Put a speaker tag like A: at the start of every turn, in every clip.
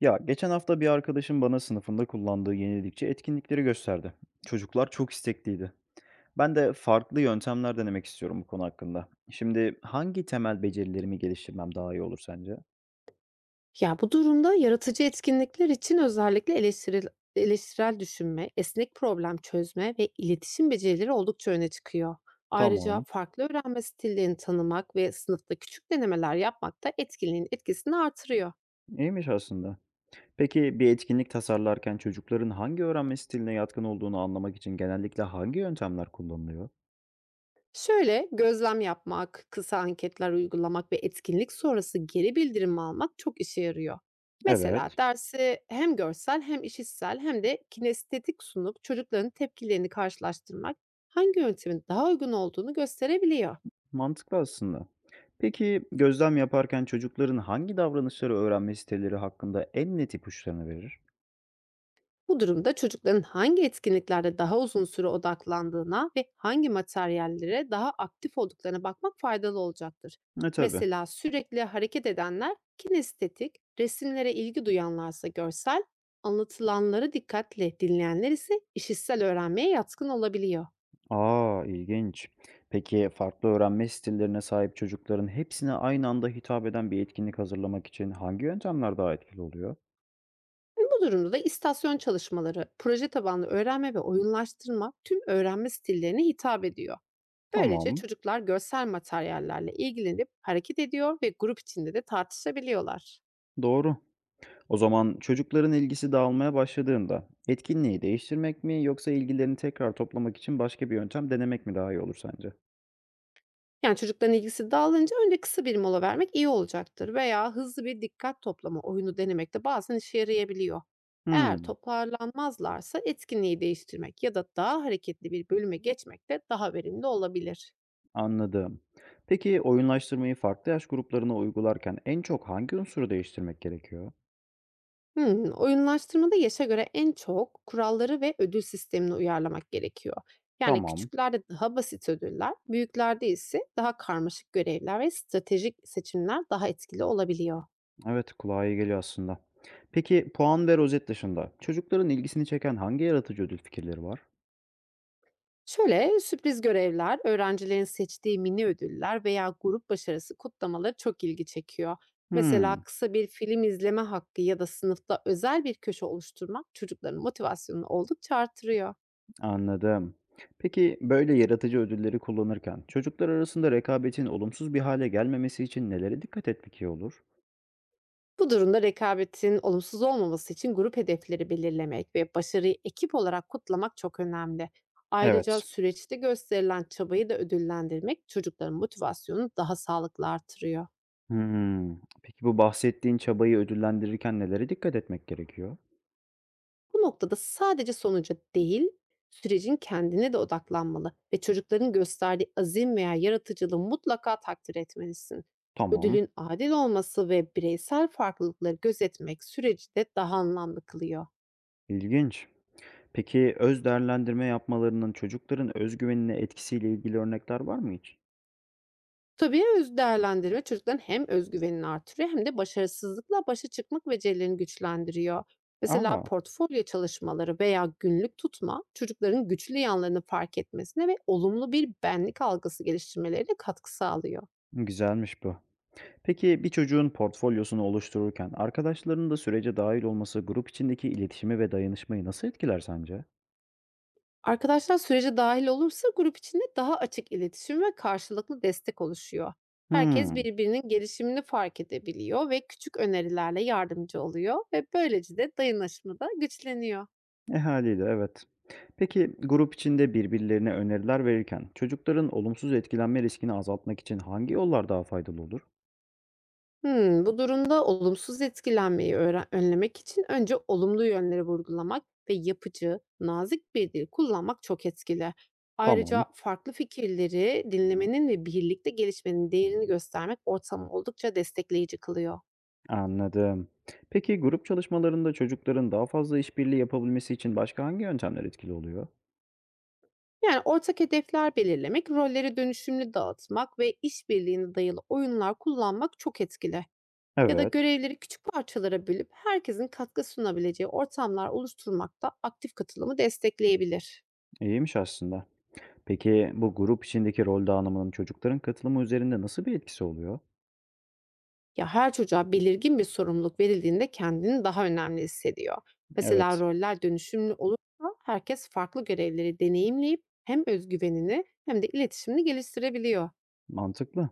A: Ya geçen hafta bir arkadaşım bana sınıfında kullandığı yenilikçi etkinlikleri gösterdi. Çocuklar çok istekliydi. Ben de farklı yöntemler denemek istiyorum bu konu hakkında. Şimdi hangi temel becerilerimi geliştirmem daha iyi olur sence?
B: Ya, bu durumda yaratıcı etkinlikler için özellikle eleştirel düşünme, esnek problem çözme ve iletişim becerileri oldukça öne çıkıyor. Ayrıca
A: Tamam.
B: farklı öğrenme stillerini tanımak ve sınıfta küçük denemeler yapmak da etkinliğin etkisini artırıyor.
A: İyiymiş aslında. Peki bir etkinlik tasarlarken çocukların hangi öğrenme stiline yatkın olduğunu anlamak için genellikle hangi yöntemler kullanılıyor?
B: Şöyle, gözlem yapmak, kısa anketler uygulamak ve etkinlik sonrası geri bildirim almak çok işe yarıyor. Mesela
A: Evet.
B: dersi hem görsel hem işitsel hem de kinestetik sunup çocukların tepkilerini karşılaştırmak hangi yöntemin daha uygun olduğunu gösterebiliyor.
A: Mantıklı aslında. Peki gözlem yaparken çocukların hangi davranışları öğrenme stilleri hakkında en net ipuçlarını verir?
B: Bu durumda çocukların hangi etkinliklerde daha uzun süre odaklandığına ve hangi materyallere daha aktif olduklarına bakmak faydalı olacaktır.
A: E, tabii.
B: Mesela sürekli hareket edenler kinestetik, resimlere ilgi duyanlarsa görsel, anlatılanları dikkatli dinleyenler ise işitsel öğrenmeye yatkın olabiliyor.
A: Aa, ilginç. Peki, farklı öğrenme stillerine sahip çocukların hepsine aynı anda hitap eden bir etkinlik hazırlamak için hangi yöntemler daha etkili oluyor?
B: Bu durumda da istasyon çalışmaları, proje tabanlı öğrenme ve oyunlaştırma tüm öğrenme stillerine hitap ediyor. Böylece
A: Tamam,
B: çocuklar görsel materyallerle ilgilenip hareket ediyor ve grup içinde de tartışabiliyorlar.
A: doğru. O zaman çocukların ilgisi dağılmaya başladığında etkinliği değiştirmek mi yoksa ilgilerini tekrar toplamak için başka bir yöntem denemek mi daha iyi olur sence?
B: Yani çocukların ilgisi dağılınca önce kısa bir mola vermek iyi olacaktır veya hızlı bir dikkat toplama oyunu denemek de bazen işe yarayabiliyor. Eğer
A: Hımm,
B: toparlanmazlarsa etkinliği değiştirmek ya da daha hareketli bir bölüme geçmek de daha verimli olabilir.
A: anladım. Peki, oyunlaştırmayı farklı yaş gruplarına uygularken en çok hangi unsuru değiştirmek gerekiyor?
B: Hımm. Oyunlaştırmada yaşa göre en çok kuralları ve ödül sistemini uyarlamak gerekiyor. Yani
A: Tamam.
B: küçüklerde daha basit ödüller, büyüklerde ise daha karmaşık görevler ve stratejik seçimler daha etkili olabiliyor.
A: Evet, kulağa iyi geliyor aslında. Peki puan ve rozet dışında çocukların ilgisini çeken hangi yaratıcı ödül fikirleri var?
B: Şöyle, sürpriz görevler, öğrencilerin seçtiği mini ödüller veya grup başarısı kutlamaları çok ilgi çekiyor. Mesela
A: Hmm,
B: kısa bir film izleme hakkı ya da sınıfta özel bir köşe oluşturmak çocukların motivasyonunu oldukça artırıyor.
A: anladım. Peki böyle yaratıcı ödülleri kullanırken çocuklar arasında rekabetin olumsuz bir hale gelmemesi için nelere dikkat etmek iyi olur?
B: Bu durumda rekabetin olumsuz olmaması için grup hedefleri belirlemek ve başarıyı ekip olarak kutlamak çok önemli. Ayrıca
A: Evet.
B: süreçte gösterilen çabayı da ödüllendirmek çocukların motivasyonunu daha sağlıklı artırıyor.
A: Hmm. Peki bu bahsettiğin çabayı ödüllendirirken nelere dikkat etmek gerekiyor?
B: Bu noktada sadece sonuca değil, sürecin kendine de odaklanmalı ve çocukların gösterdiği azim veya yaratıcılığı mutlaka takdir etmelisin.
A: Tamam.
B: Ödülün adil olması ve bireysel farklılıkları gözetmek süreci de daha anlamlı kılıyor.
A: İlginç. Peki öz değerlendirme yapmalarının çocukların özgüvenine etkisiyle ilgili örnekler var mı hiç?
B: Tabii, öz değerlendirme çocukların hem öz güvenini artırıyor hem de başarısızlıkla başa çıkmak becerilerini güçlendiriyor.
A: Aa,
B: Mesela portfolyo çalışmaları veya günlük tutma çocukların güçlü yanlarını fark etmesine ve olumlu bir benlik algısı geliştirmelerine katkı sağlıyor.
A: güzelmiş bu. Peki bir çocuğun portfolyosunu oluştururken arkadaşlarının da sürece dahil olması grup içindeki iletişimi ve dayanışmayı nasıl etkiler sence?
B: Arkadaşlar sürece dahil olursa grup içinde daha açık iletişim ve karşılıklı destek oluşuyor. Herkes
A: Hmm,
B: birbirinin gelişimini fark edebiliyor ve küçük önerilerle yardımcı oluyor ve böylece de dayanışma da güçleniyor.
A: e haliyle evet. Peki grup içinde birbirlerine öneriler verirken çocukların olumsuz etkilenme riskini azaltmak için hangi yollar daha faydalı olur?
B: Hımm, bu durumda olumsuz etkilenmeyi önlemek için önce olumlu yönleri vurgulamak ve yapıcı, nazik bir dil kullanmak çok etkili. Ayrıca
A: Tamam,
B: farklı fikirleri dinlemenin ve birlikte gelişmenin değerini göstermek ortamı oldukça destekleyici kılıyor.
A: anladım. Peki grup çalışmalarında çocukların daha fazla işbirliği yapabilmesi için başka hangi yöntemler etkili oluyor?
B: Yani ortak hedefler belirlemek, rolleri dönüşümlü dağıtmak ve işbirliğine dayalı oyunlar kullanmak çok etkili. Ya da
A: Evet,
B: görevleri küçük parçalara bölüp herkesin katkı sunabileceği ortamlar oluşturmak da aktif katılımı destekleyebilir.
A: iyiymiş aslında. Peki bu grup içindeki rol dağınımının çocukların katılımı üzerinde nasıl bir etkisi oluyor?
B: Ya, her çocuğa belirgin bir sorumluluk verildiğinde kendini daha önemli hissediyor. Mesela
A: Evet,
B: roller dönüşümlü olursa herkes farklı görevleri deneyimleyip hem özgüvenini hem de iletişimini geliştirebiliyor.
A: mantıklı.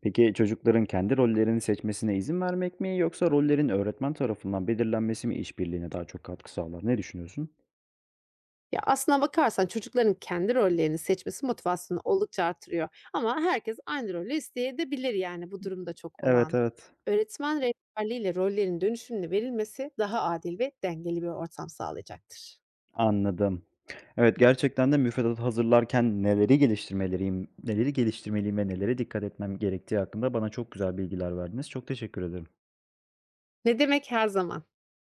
A: Peki çocukların kendi rollerini seçmesine izin vermek mi yoksa rollerin öğretmen tarafından belirlenmesi mi işbirliğine daha çok katkı sağlar? Ne düşünüyorsun?
B: Ya, aslına bakarsan çocukların kendi rollerini seçmesi motivasyonu oldukça artırıyor. Ama herkes aynı rolü isteyebilir, yani bu durumda çok
A: Evet,
B: olan.
A: evet.
B: Öğretmen rehberliğiyle rollerin dönüşümlü verilmesi daha adil ve dengeli bir ortam sağlayacaktır.
A: Anladım. Evet, gerçekten de müfredatı hazırlarken neleri geliştirmeliyim ve nelere dikkat etmem gerektiği hakkında bana çok güzel bilgiler verdiniz. Çok teşekkür ederim.
B: Ne demek, her zaman?